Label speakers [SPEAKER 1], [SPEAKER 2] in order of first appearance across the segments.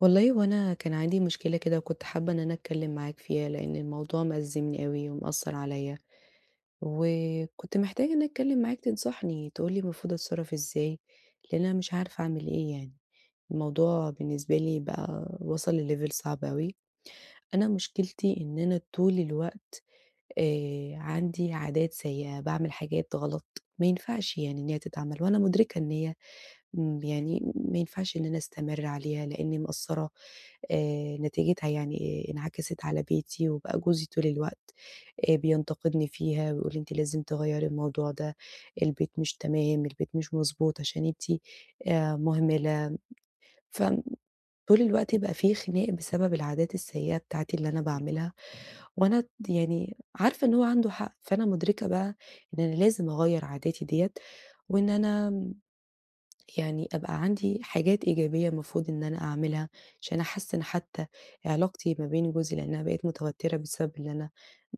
[SPEAKER 1] والله هو أنا كان عندي مشكلة كده وكنت حابة إن أنا أتكلم معاك فيها، لإن الموضوع مأزّمني أوي ومأثّر عليَّ، وكنت محتاجة إن أنا أتكلم معاك تنصحني، تقول لي المفروض أتصرّف إزاي، لإن أنا مش عارفة أعمل إيه يعني. الموضوع بالنسبة لي بقى وصل لlevel صعب أوي. أنا مشكلتي إن أنا طول الوقت عندي عادات سيئة، باعمل حاجات غلط ما ينفعش يعني إن هي تتعمل، وأنا مدركة إن هي يعني ما ينفعش إن أنا أستمر عليها لإني مقصّرة نتيجتها يعني انعكست على بيتي، وبقى جوزي طول الوقت بينتقدني فيها، ويقول لي: "أنتِ لازم تغيّري الموضوع ده، البيت مش تمام، البيت مش مضبوط عشان أنتِ مهملة." فطول الوقت بقى في خناق بسبب العادات السيئة بتاعتي اللي أنا
[SPEAKER 2] اهم.
[SPEAKER 1] باعملها، وأنا يعني عارفة إن هو عنده حق، فأنا مدركة بقى إن أنا لازم أغيّر عاداتي ديّة، وإن أنا يعني أبقى عندي حاجات إيجابية المفروض إن أنا أعملها عشان أحسّن حتى علاقتي ما بين جوزي، لإنّها بقت متوتّرة بسبب اللي أنا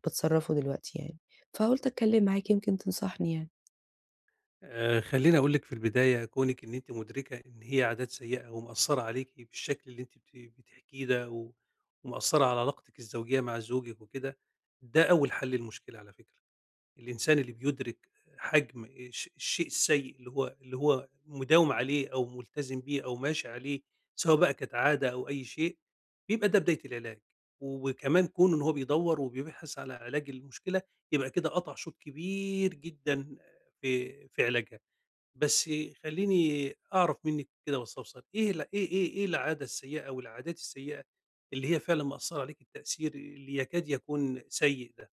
[SPEAKER 1] باتصرّفه دلوقتي يعني، فقُلت أتكلّم معاك يمكن تنصحني يعني.
[SPEAKER 2] خلّيني أقول لِك في البداية كونِك إن أنتِ مُدركة إن هي عادات سيئة ومأثّرة عليكِ بالشكل اللي أنتِ بتحكيه ده و ومأثّرة على علاقتِك الزوجية مع زوجِك وكده، ده أول حل للمشكلة على فكرة. الإنسان اللي بيُدرِك حجم الشيء السيء اللي هو مداوم عليه أو ملتزم بيه أو ماشي عليه، سواء بقى كانت عادة أو أي شيء، بيبقى ده بداية العلاج، وكمان كونه إن هو بيدوّر وبيبحث على علاج المشكلة، يبقى كده قطع شوط كبير جدًا في علاجها. بس خلّيني أعرف منِّك كده واستفسر، إيه ال إيه إيه إيه العادة السيئة أو العادات السيئة اللي هي فعلًا مأثّرة عليكِ التأثير اللي يكاد يكون سيء ده؟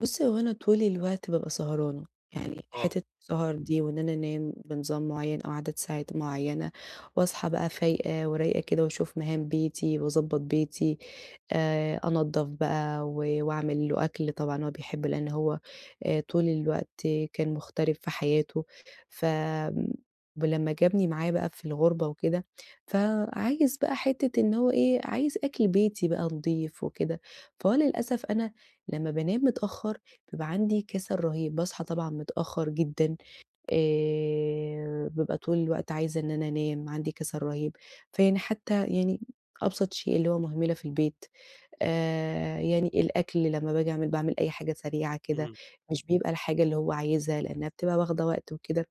[SPEAKER 1] بُصّي، هو أنا طول الوقت بابقى سهرانة، يعني
[SPEAKER 2] آه.
[SPEAKER 1] حتّة السهر دي وإن أنا أنام بنظام معيّن أو عدد ساعات معيّنة واصحى بقى فايقة ورايقة كده واشوف مهام بيتي واضبّط بيتي، أنضّف بقى واعمل له أكل، طبعًا هو بيحب لإن هو طول الوقت كان مغترب في حياته، ف آمم ولمّا جابني معاه بقى في الغُربة وكده، فعايز بقى حتّة إن هو إيه، عايز أكل بيتي بقى نضيف وكده، فهو للأسف أنا لمّا بانام متأخّر بيبقى عندي كسل رهيب، باصحى طبعًا متأخّر جدًا، بابقى طول الوقت عايزة إن أنا أنام، عندي كسل رهيب، فيعني حتى يعني أبسط شيء اللي هو مهملة في البيت، يعني الأكل لمّا باجي باعمل أي حاجة سريعة كده،
[SPEAKER 2] إمم،
[SPEAKER 1] مش بيبقى الحاجة اللي هو عايزها لإنها بتبقى واخدة وقت وكده.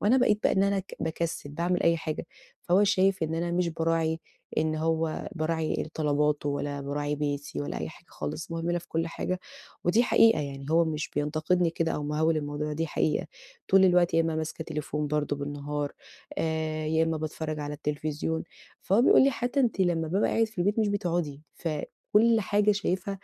[SPEAKER 1] وأنا بقيت بقى إن أنا باكسّل، باعمل أي حاجة، فهو شايف إن أنا مش باراعي إن هو باراعي طلباته ولا باراعي بيتي ولا أي حاجة خالص، مهمِلة في كل حاجة، ودي حقيقة يعني هو مش بينتقدني كده أو مهوِّل الموضوع، دي حقيقة، طول الوقت يا إمّا ماسكة تليفون برضه بالنهار، يا إمّا باتفرّج على التلفزيون، فهو بيقول لي: "حتى أنتِ لمّا بابقى قاعد في البيت مش بتقعدي." فكل حاجة شايفها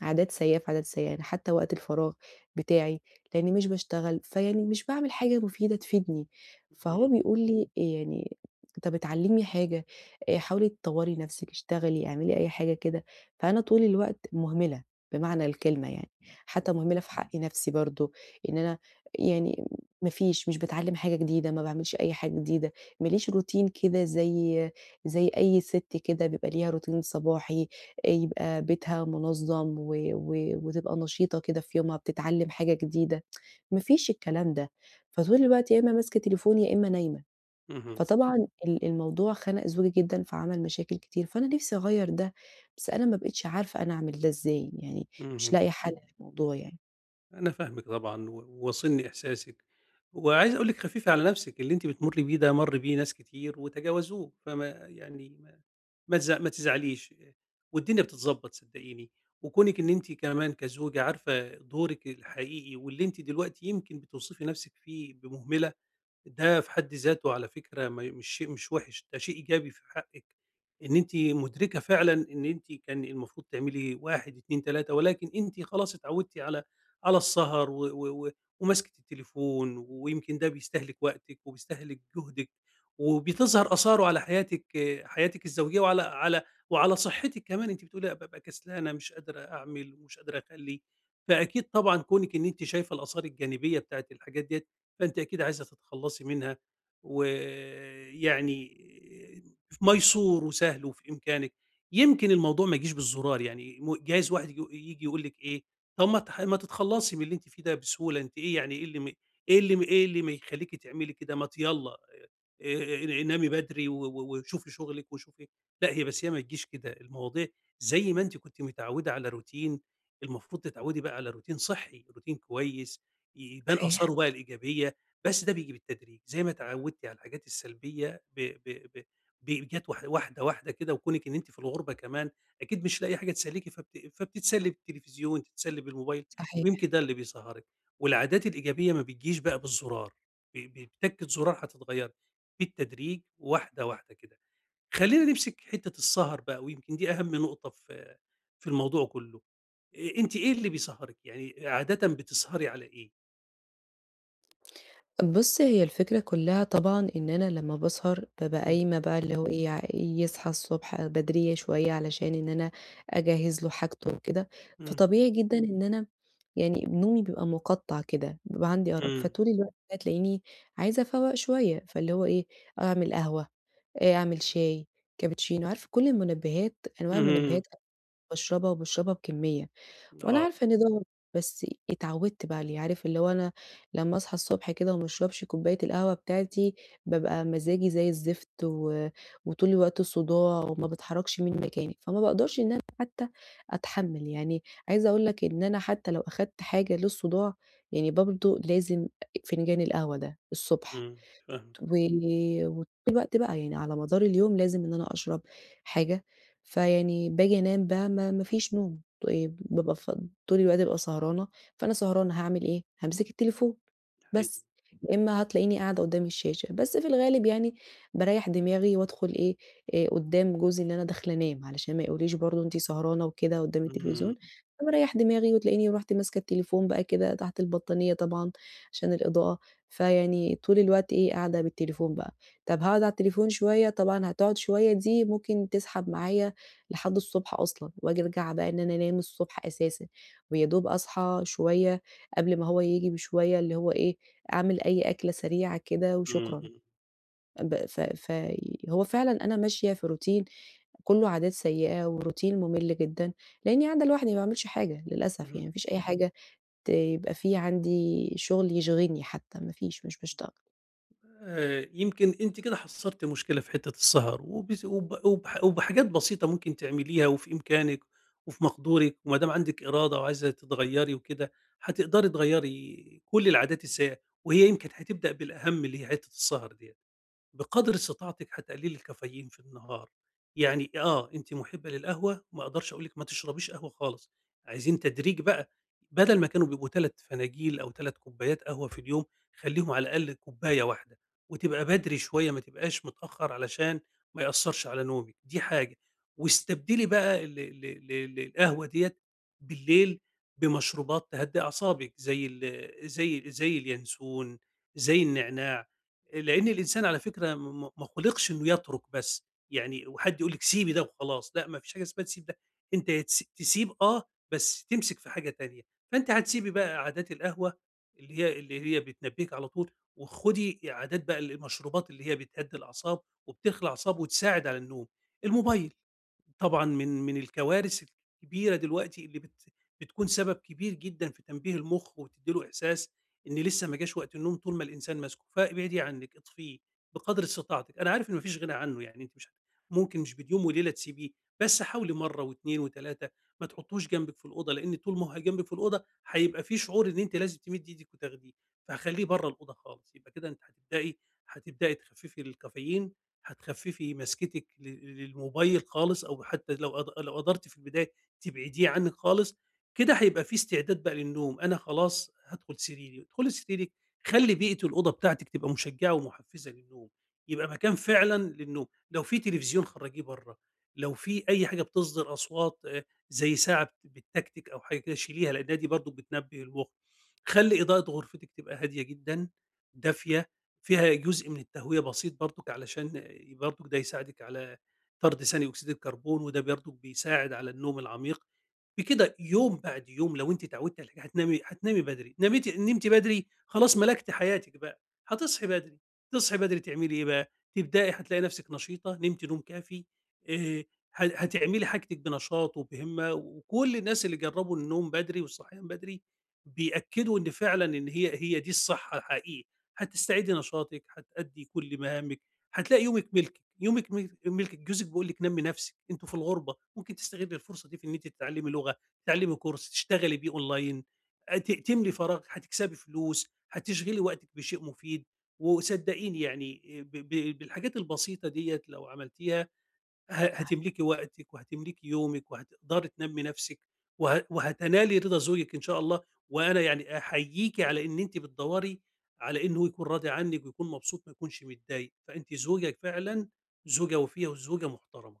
[SPEAKER 1] عادات سيئة في عادات سيئة، يعني حتى وقت الفراغ بتاعي لإني مش باشتغل، فيعني مش باعمل حاجة مفيدة تفيدني، فهو
[SPEAKER 2] إمم.
[SPEAKER 1] بيقول لي إيه يعني طَب اتعلّمي حاجة، حاولي تطوّري نَفْسِك، اشتغلي، اعملي أي حاجة كده، فأنا طول الوقت مهملة بمعنى الكلمة يعني، حتى مهملة في حق نَفْسي برضه، إن أنا يعني ما فيش مش باتعلّم حاجة جديدة، ما باعملش أي حاجة جديدة، ما ليش روتين كده زي أي سِت كده بيبقى ليها روتين صباحي، يبقى بيتها منظّم و و وتبقى نشيطة كده في يومها، بتتعلّم حاجة جديدة، ما فيش الكلام ده، فطول الوقت يا إمّا ماسكة تليفون، يا إمّا نايمة،
[SPEAKER 2] اهم،
[SPEAKER 1] فطبعًا. الموضوع خَنَق زوجي جدًا، فعمل مشاكل كتير، فأنا نِفْسي أغيّر ده، بس أنا ما بقيتش عارفة أنا أعمل ده إزاي، يعني مش
[SPEAKER 2] اهم.
[SPEAKER 1] لاقية حل للموضوع يعني.
[SPEAKER 2] أنا فاهمِك طبعًا وواصلني إحساسِك، وعايز أقول لِك خفِّفي على نَفْسِك، اللي أنتِ بتمُرّي بيه ده مَر بيه ناس كتير وتجاوزوه، فما يعني ما ما تز ما تزعليش، والدنيا بتتضبّط صدّقيني، وكونِك إن أنتِ كمان كزوجة عارفة دورِك الحقيقي واللي أنتِ دلوقتي يمكن بتوصفي نَفْسِك فيه بمهملة ده في حد ذاته على فكرة ما مش شيء مش وِحِش، ده شيء إيجابي في حقِّك، إن أنتِ مُدركة فعلًا إن أنتِ كان المفروض تعملي 1، 2، 3 ولكن أنتِ خلاص اتعوّدتِ على السهر و و و ومسكة التليفون، ويمكن ده بيستهلك وقتِك وبيستهلك جهدِك، وبتظهر آثاره على حياتِك آه، حياتِك الزوجية وعلى صحتِك كمان، أنتِ بتقولي أنا بابقى كسلانة مش قادرة أعمل ومش قادرة أخلّي، فأكيد طبعًا كونِك إن أنتِ شايفة الآثار الجانبية بتاعة الحاجات ديّة فأنتِ أكيد عايزة تتخلّصي منها، ويعني ميسور وسهل وفي إمكانِك. يمكن الموضوع ما يجيش بالزرار يعني جايز واحد ييجي يقول لِك إيه، طب ما تح ما تتخلّصي من اللي أنتِ فيه ده بسهولة، أنتِ إيه يعني إيه اللي ما يخلّيكِ تعملي كده، ما ت يالّا آآ، نامي بدري و و وشوفي شغلِك وشوفي لأ، هي بس هي ما تجيش كده، المواضيع زي ما أنتِ كنتِ متعوّدة على روتين، المفروض تتعوّدي بقى على روتين صحّي، روتين كويس، يبان
[SPEAKER 1] صحيح،
[SPEAKER 2] آثاره بقى الإيجابية. بس ده بييجي بالتدريج، زي ما اتعودتِ على الحاجات السلبية ب ب ب ب جات واحدة، واحدة كده، وكونِك إن أنتِ في الغُربة كمان أكيد مش لاقية حاجة تسليكِ فبتتسلي بالتلفزيون، تتسلي بالموبايل،
[SPEAKER 1] صحيح.
[SPEAKER 2] ويمكن ده اللي بيسهّرِك. والعادات الإيجابية ما بتجيش بقى بالزرار، بتَكّة زرار هتتغيّري، بالتدريج واحدة، واحدة كده. خلّينا نمسك حتّة السهر بقى، ويمكن دي أهم نقطة في الموضوع كلّه. أنتِ إيه اللي بيسهّرِك؟ يعني عادةً بتسهري على إيه؟
[SPEAKER 1] بُص، هي الفكرة كلّها طبعًا إن أنا لمّا باسهر بابقى
[SPEAKER 2] إمم،
[SPEAKER 1] قايمة بقى اللي هو إيه، يصحى الصبح بدرية شوية علشان إن أنا أجهّز له حاجته وكده،
[SPEAKER 2] إمم،
[SPEAKER 1] فطبيعي جدًا إن أنا يعني نومي بيبقى مُقطّع كده، بيبقى عندي أرق،
[SPEAKER 2] إمم.
[SPEAKER 1] فطول الوقت هتلاقيني عايزة أفوّق شوية، فاللي هو إيه، أعمل قهوة، أعمل شاي، كابتشينو، عارفة كل المنبهات، أنواع
[SPEAKER 2] اهم،
[SPEAKER 1] المنبهات أنا باشربها وباشربها بكمية. وأنا
[SPEAKER 2] آه،
[SPEAKER 1] عارفة إن ده بس اتعودت بقى عليه، عارف اللي هو أنا لمّا أصحى الصبح كده وما اشربش كوباية القهوة بتاعتي، بابقى مزاجي زي الزفت وطول الوقت صداع وما باتحركش من مكاني، فما باقدرش إن أنا حتى أتحمّل، يعني عايزة أقول لك إن أنا حتى لو أخدت حاجة للصداع، يعني برضه لازم فنجان القهوة ده الصبح.
[SPEAKER 2] إمم، فاهمِك
[SPEAKER 1] و وطول الوقت بقى يعني على مدار اليوم لازم إن أنا أشرب حاجة، فيعني باجي أنام بقى ما فيش نوم، بابقى طول الوقت بابقى سهرانة، فأنا سهرانة هاعمل إيه، هامسك التليفون
[SPEAKER 2] حقيقي،
[SPEAKER 1] بس، يا إما هتلاقيني قاعدة قدّام الشاشة، بس في الغالب يعني باريّح دماغي وأدخل إيه، قدّام جوزي إن أنا داخلة أنام، علشان ما يقوليش برضه أنتِ سهرانة وكده قدّام
[SPEAKER 2] إمم،
[SPEAKER 1] التلفزيون، فباريّح دماغي وتلاقيني رُحت ماسكة التليفون بقى كده تحت البطانية طبعًا عشان الإضاءة فيعني طول الوقت إيه، قاعدة بالتليفون بقى، طب هاقعد على التليفون شوية، طبعًا هتقعد شوية دي ممكن تسحب معايا لحد الصبح أصلًا، وآجي أرجع بقى إن أنا أنام الصبح أساسًا، ويا دوب أصحى شوية قبل ما هو ييجي بشوية، اللي هو إيه، أعمل أي أكلة سريعة كده
[SPEAKER 2] إمم،
[SPEAKER 1] وشكرًا.
[SPEAKER 2] إمم،
[SPEAKER 1] ب ف فهو فعلًا أنا ماشية في روتين كُلّه عادات سيئة وروتين مُمِل جدًا، لإني قاعدة لوحدي ما باعملش حاجة للأسف
[SPEAKER 2] اهم،
[SPEAKER 1] يعني، ما فيش أي حاجة يبقى في عندي شغل يشغلني حتى، ما فيش، مش باشتغل.
[SPEAKER 2] يمكن أنتِ كده حصّرتِ مشكلة في حتّة السهر وبس وب وبح وبحاجات بسيطة ممكن تعمليها وفي إمكانِك وفي مقدورِك وما دام عندِك إرادة وعايزة تتغيّري وكده، هتقدري تغيّري كل العادات السيئة، وهي يمكن هتبدأ بالأهم اللي هي حتّة السهر ديّة. بقدر استطاعتِك هتقللي الكافيين في النهار، يعني آه، أنتِ محبة للقهوة ما أقدرش أقول لِك ما تشربيش قهوة خالص، عايزين تدريج بقى، بدل ما كانوا بيبقوا 3 فناجيل أو 3 كوبايات قهوة في اليوم، خلّيهم على الأقل كوباية واحدة، وتبقى بدري شوية ما تبقاش متأخر علشان ما يأثّرش على نومِك، دي حاجة، واستبدلي بقى ال ال ال القهوة ديّة بالليل بمشروبات تهدّي أعصابِك زي اليانسون، زي النعناع. لإن الإنسان على فكرة م م ما خُلقش إنه يترك بس، يعني وحد يقول لِك سيبي ده وخلاص، لأ ما فيش حاجة اسمها تسيب ده، أنت يا تسيب آه، بس تمسك في حاجة تانية، فأنتِ هتسيبي بقى عادات القهوة اللي هي بتنبّيك على طول، وخُدي عادات بقى المشروبات اللي هي بتهدّي الأعصاب وبتخلع الأعصاب وتساعد على النوم، الموبايل طبعًا من الكوارث الكبيرة دلوقتي اللي بتكون سبب كبير جدًا في تنبيه المُخ وبتدّي له إحساس إن لسه ما جاش وقت النوم طول ما الإنسان ماسكه، فابعدي عنِّك، اطفيه بقدر استطاعتِك، أنا عارف إن ما فيش غنى عنه يعني أنتِ مش ممكن مش بين يوم وليلة تسيبيه، بس حاولي مرّة و2 و3 ما تحطّوش جنبِك في الأوضة، لإن طول ما هو جنبِك في الأوضة هيبقى في شعور إن أنتِ لازم تمدّي إيدِك وتاخديه، فخلّيه برّه الأوضة خالص، يبقى كده أنتِ هتبدئي تخفّفي الكافيين، هتخفّفي مسكتِك للموبايل خالص أو حتى لو قدرتِ في البداية تبعديه عنِّك خالص، كده هيبقى في استعداد بقى للنوم، أنا خلاص هادخل سريري، ادخلي سريرِك خلّي بيئة الأوضة بتاعتِك تبقى مشجّعة ومحفّزة للنوم، يبقى مكان فعلًا للنوم، لو في تلفزيون خرّجيه برّه، لو في أي حاجة بتصدر أصوات زي ساعة بتتكتك أو حاجة كده شيليها لأنها دي برضه بتنبّه المخ، خلّي إضاءة غرفتِك تبقى هادية جدًا، دافية، فيها جزء من التهوية بسيط برضُك علشان آه، برضُك ده يساعدِك على طرد ثاني أكسيد الكربون وده برضُك بيساعد على النوم العميق. بكده يوم بعد يوم لو أنتِ اتعودتِ على حاجة هتنامي بدري، نمتِ بدري خلاص ملكتِ حياتِك بقى، هتصحي بدري، تصحي بدري تعملي إيه بقى، تبدئي هتلاقي نفسِك نشيطة، نمتِ نوم كافي، آآ ه هتعملي حاجتِك بنشاط وبهمة، وكل الناس اللي جربوا النوم بدري والصحيان بدري بيأكدوا إن فعلًا إن هي دي الصحة الحقيقية، هتستعيدي نشاطِك، هتأدي كل مهامِك، هتلاقي يومِك ملكِك، يومِك ملكِك، جوزِك بيقول لِك نمّي نفسِك، أنتم في الغربة، ممكن تستغلي الفرصة دي في إن أنتِ تتعلّمي لغة، تتعلّمي كورس، تشتغلي بيه أونلاين، ت تملي فراغ، هتكسبي فلوس، هتشغلي وقتِك بشيء مفيد، وصدّقيني يعني ب ب بالحاجات البسيطة ديّة لو عملتيها هتملكي وقتِك وهتملكي يومِك وهتقدري تنمّي نَفْسِك وهتنالي رضا زوجِك إن شاء الله، وأنا يعني أحييكِ على إن أنتِ بتدوّري على إنه هو يكون راضي عنِّك ويكون مبسوط ما يكونش متضايق، فأنتِ زوجة فعلًا زوجة وفيّة وزوجة محترمة،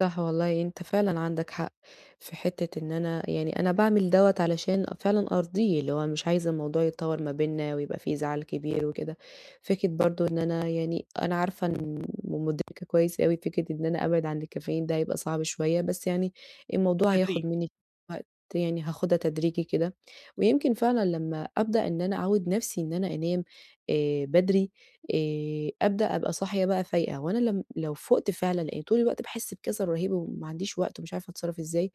[SPEAKER 1] صح والله أنت فعلًا عندك حق، في حتّة إن أنا يعني أنا باعمل دوّة علشان فعلًا أرضيه، اللي هو مش عايزة الموضوع يتطوّر ما بيننا ويبقى في زعل كبير وكده، فكرة برضه إن أنا يعني أنا عارفة إن ومدركة كويس أوي فكرة إن أنا أبعد عن الكافيين ده هيبقى صعب شوية، بس يعني الموضوع هياخد
[SPEAKER 2] بالتدريج.
[SPEAKER 1] منّي وقت يعني هاخدها تدريجي كده، ويمكن فعلًا لمّا أبدأ إن أنا أعوّد نَفْسي إن أنا أنام بدري أبدأ أبقى صاحية بقى فايقة، وأنا لم لو فُقت فعلًا لإن طول الوقت باحس بكسل رهيب وما عنديش وقت ومش عارفة أتصرّف إزاي،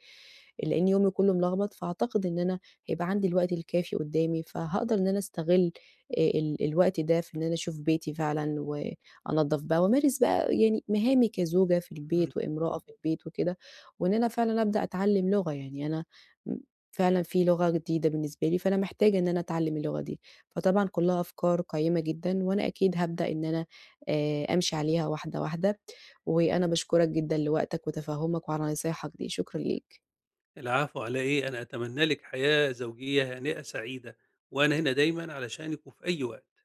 [SPEAKER 1] لإن يومي كُلّه ملخبط، فأعتقد إن أنا هيبقى عندي الوقت الكافي قدّامي، فهاقدر إن أنا أستغل الوقت ده في إن أنا أشوف بيتي فعلًا وأنضّف بقى وأمارس بقى يعني مهامي كزوجة في البيت وامرأة في البيت وكده، وإن أنا فعلًا أبدأ أتعلّم لغة، يعني أنا م فعلًا في لغة جديدة بالنسبة لي، فأنا محتاجة إن أنا أتعلّم اللغة دي. فطبعًا كلّها أفكار قيّمة جدًا، وأنا أكيد هابدأ إن أنا أمشي عليها واحدة، واحدة، وأنا باشكرك جدًا لوقتك وتفهُّمك وعلى نصايحك دي، شكرًا ليك.
[SPEAKER 2] العفو على إيه أنا أتمنى لك حياة زوجية هانئة سعيدة وأنا هنا دايما علشانك وفي أي وقت